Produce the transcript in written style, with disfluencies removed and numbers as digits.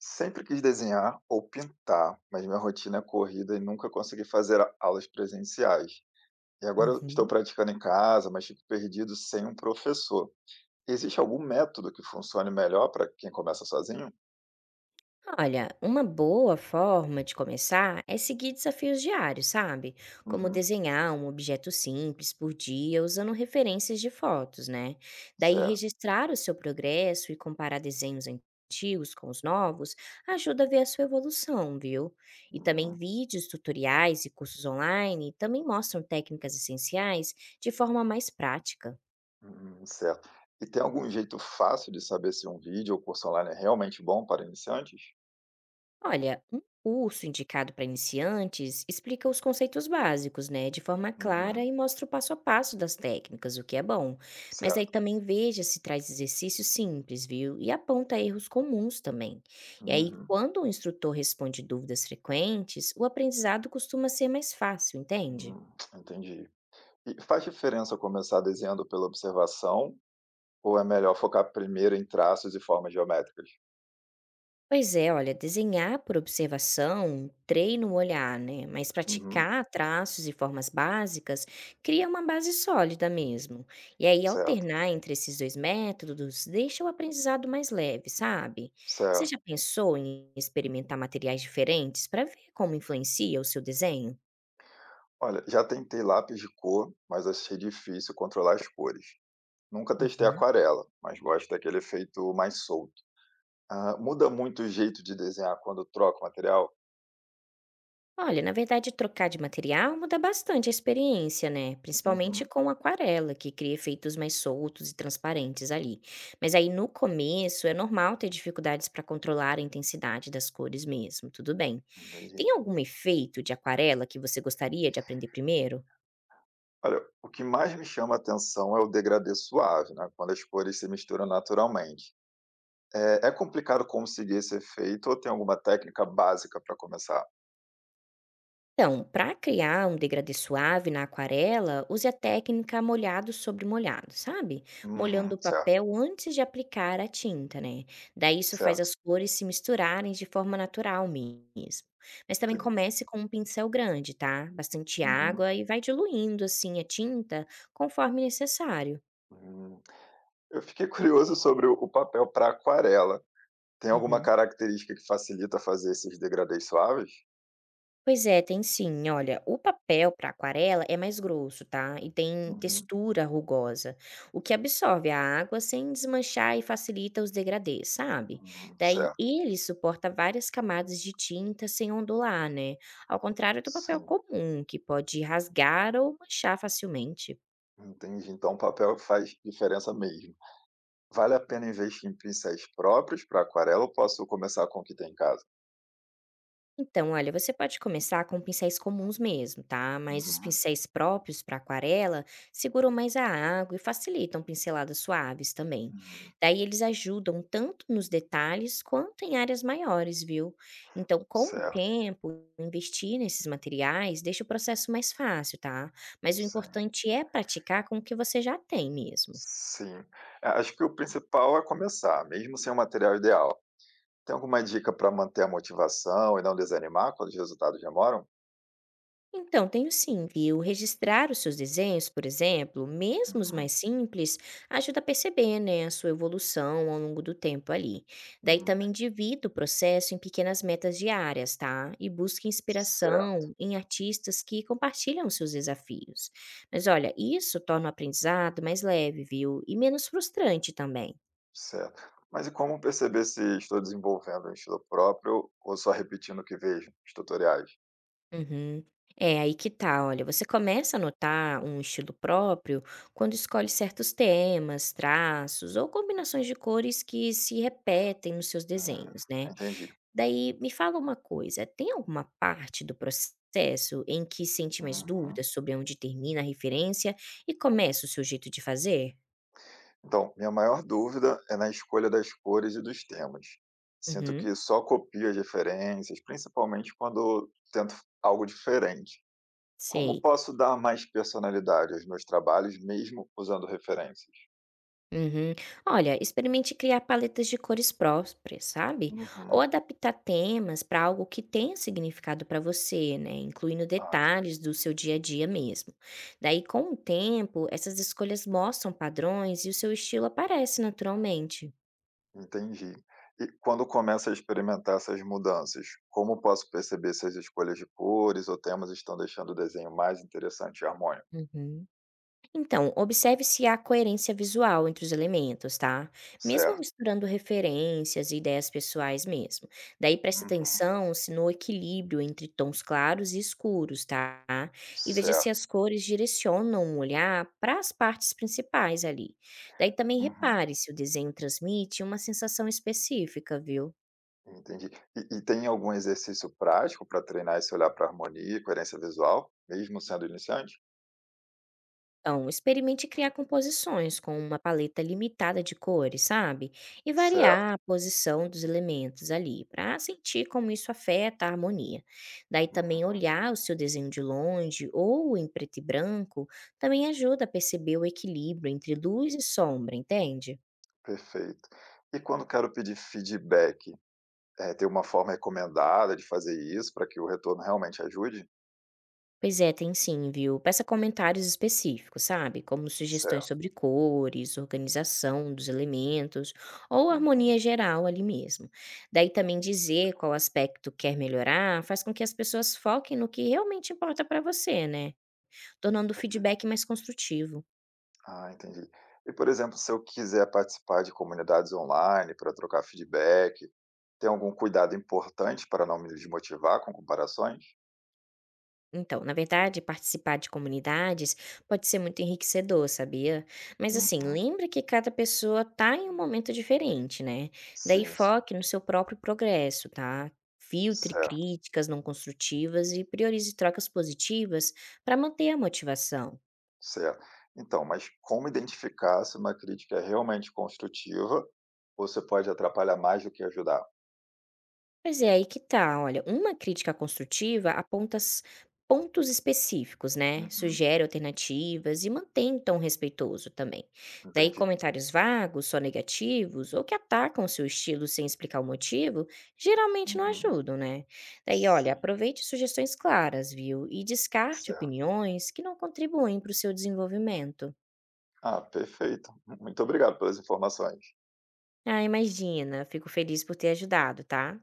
Sempre quis desenhar ou pintar, mas minha rotina é corrida e nunca consegui fazer aulas presenciais. E agora eu estou Uhum. praticando em casa, mas fico perdido sem um professor. Existe algum método que funcione melhor para quem começa sozinho? Olha, uma boa forma de começar é seguir desafios diários, sabe? Como Uhum, desenhar um objeto simples por dia usando referências de fotos, né? Daí certo. registrar o seu progresso e comparar desenhos antigos com os novos ajuda a ver a sua evolução, viu? E também Uhum, vídeos, tutoriais e cursos online também mostram técnicas essenciais de forma mais prática. uhum, certo. E tem algum jeito fácil de saber se um vídeo ou curso online é realmente bom para iniciantes? Olha, um curso indicado para iniciantes explica os conceitos básicos, né, de forma clara Uhum, e mostra o passo a passo das técnicas, o que é bom. Mas aí certo. também veja se traz exercícios simples, viu? E aponta erros comuns também. E aí, Uhum, quando o instrutor responde dúvidas frequentes, o aprendizado costuma ser mais fácil, entende? uhum, entendi. E faz diferença começar desenhando pela observação, ou é melhor focar primeiro em traços e formas geométricas? Pois é, olha, desenhar por observação treina o olhar, né? Mas Uhum, praticar traços e formas básicas cria uma base sólida mesmo. E aí, certo, alternar entre esses dois métodos deixa o aprendizado mais leve, sabe? Você já certo. pensou em experimentar materiais diferentes para ver como influencia o seu desenho? Olha, já tentei lápis de cor, mas achei difícil controlar as cores. Nunca testei Uhum. aquarela, mas gosto daquele efeito mais solto. Ah, muda muito o jeito de desenhar quando troca o material? Olha, na verdade, trocar de material muda bastante a experiência, né? Principalmente Uhum, com aquarela, que cria efeitos mais soltos e transparentes ali. Mas aí no começo é normal ter dificuldades para controlar a intensidade das cores mesmo, tudo bem. entendi. Tem algum efeito de aquarela que você gostaria de aprender primeiro? Olha, o que mais me chama a atenção é o degradê suave, né? Quando as cores se misturam naturalmente. É, é complicado conseguir esse efeito ou tem alguma técnica básica para começar? Então, para criar um degradê suave na aquarela, use a técnica molhado sobre molhado, sabe? Molhando Uhum, o certo, papel antes de aplicar a tinta, né? Daí isso faz certo, as cores se misturarem de forma natural mesmo. Mas também entendi. comece com um pincel grande, tá? Bastante Uhum, água e vai diluindo assim a tinta conforme necessário. hum. Eu fiquei curioso sobre o papel para aquarela. Tem alguma Uhum. característica que facilita fazer esses degradês suaves? Pois é, tem sim. Olha, o papel para aquarela é mais grosso, tá? E tem Uhum, textura rugosa, o que absorve a água sem desmanchar e facilita os degradês, sabe? Daí certo, ele suporta várias camadas de tinta sem ondular, né? Ao contrário do papel sim, comum, que pode rasgar ou manchar facilmente. entendi. Então o papel faz diferença mesmo. Vale a pena investir em pincéis próprios para aquarela ou posso começar com o que tem em casa? Então, olha, você pode começar com pincéis comuns mesmo, tá? Mas os Uhum, pincéis próprios para aquarela seguram mais a água e facilitam pinceladas suaves também. hum, Daí eles ajudam tanto nos detalhes quanto em áreas maiores, viu? Então, com o certo, tempo, investir nesses materiais deixa o processo mais fácil, tá? Mas o sim, importante é praticar com o que você já tem mesmo. sim. É, acho que o principal é começar, mesmo sem o material ideal. Tem alguma dica para manter a motivação e não desanimar quando os resultados demoram? Então, tenho sim, viu? Registrar os seus desenhos, por exemplo, mesmo os Uhum, mais simples, ajuda a perceber, né, a sua evolução ao longo do tempo ali. Daí hum. também divida o processo em pequenas metas diárias, tá? E busque inspiração Certo, em artistas que compartilham os seus desafios. Mas olha, isso torna o aprendizado mais leve, viu? E menos frustrante também. certo. Mas e como perceber se estou desenvolvendo um estilo próprio ou só repetindo o que vejo nos tutoriais? Uhum. É, aí que tá, olha, você começa a notar um estilo próprio quando escolhe certos temas, traços ou combinações de cores que se repetem nos seus Uhum, desenhos, né? entendi. Daí, me fala uma coisa, tem alguma parte do processo em que sente mais Uhum. dúvidas sobre onde termina a referência e começa o seu jeito de fazer? Então, minha maior dúvida é na escolha das cores e dos temas. Sinto Uhum, que só copio as referências, principalmente quando tento algo diferente. Como sei. posso dar mais personalidade aos meus trabalhos, mesmo usando referências? Uhum. Olha, experimente criar paletas de cores próprias, sabe? Ou Uhum. adaptar temas para algo que tenha significado para você, né? Incluindo Ah, detalhes do seu dia a dia mesmo. Daí, com o tempo, essas escolhas mostram padrões e o seu estilo aparece naturalmente. entendi. E quando começa a experimentar essas mudanças, como posso perceber se as escolhas de cores ou temas estão deixando o desenho mais interessante e harmônico? Uhum. Então, observe se há coerência visual entre os elementos, tá? Mesmo Certo. misturando referências e ideias pessoais mesmo. Daí preste Uhum. atenção se no equilíbrio entre tons claros e escuros, tá? E veja se Certo. as cores direcionam o olhar para as partes principais ali. Daí também Uhum. repare se o desenho transmite uma sensação específica, viu? Entendi. E tem algum exercício prático para treinar esse olhar para harmonia e coerência visual, mesmo sendo iniciante? Então, experimente criar composições com uma paleta limitada de cores, sabe? E variar Certo. a posição dos elementos ali, para sentir como isso afeta a harmonia. Daí também Uhum. olhar o seu desenho de longe ou em preto e branco também ajuda a perceber o equilíbrio entre luz e sombra, entende? Perfeito. E quando quero pedir feedback, tem uma forma recomendada de fazer isso para que o retorno realmente ajude? Pois é, tem sim, viu? Peça comentários específicos, sabe? Como sugestões Certo. sobre cores, organização dos elementos ou harmonia geral ali mesmo. Daí também dizer qual aspecto quer melhorar faz com que as pessoas foquem no que realmente importa para você, né? Tornando o Uhum. feedback mais construtivo. Ah, entendi. E, por exemplo, se eu quiser participar de comunidades online para trocar feedback, tem algum cuidado importante para não me desmotivar com comparações? Então, na verdade, participar de comunidades pode ser muito enriquecedor, sabia? Mas assim, Uhum. lembra que cada pessoa tá em um momento diferente, né? Daí Sim, sim. foque no seu próprio progresso, tá? Filtre Certo, críticas não construtivas e priorize trocas positivas para manter a motivação. certo. Então, mas como identificar se uma crítica é realmente construtiva ou se pode atrapalhar mais do que ajudar? Pois é, aí que tá, olha, uma crítica construtiva aponta pontos específicos, né? Uhum. Sugere alternativas e mantém um tom respeitoso também. Daí Entendi. comentários vagos, só negativos, ou que atacam seu estilo sem explicar o motivo, geralmente não Uhum. ajudam, né? Daí, olha, Sim, aproveite sugestões claras, viu? E descarte certo. opiniões que não contribuem para o seu desenvolvimento. Ah, perfeito. Muito obrigado pelas informações. Ah, imagina, fico feliz por ter ajudado, tá?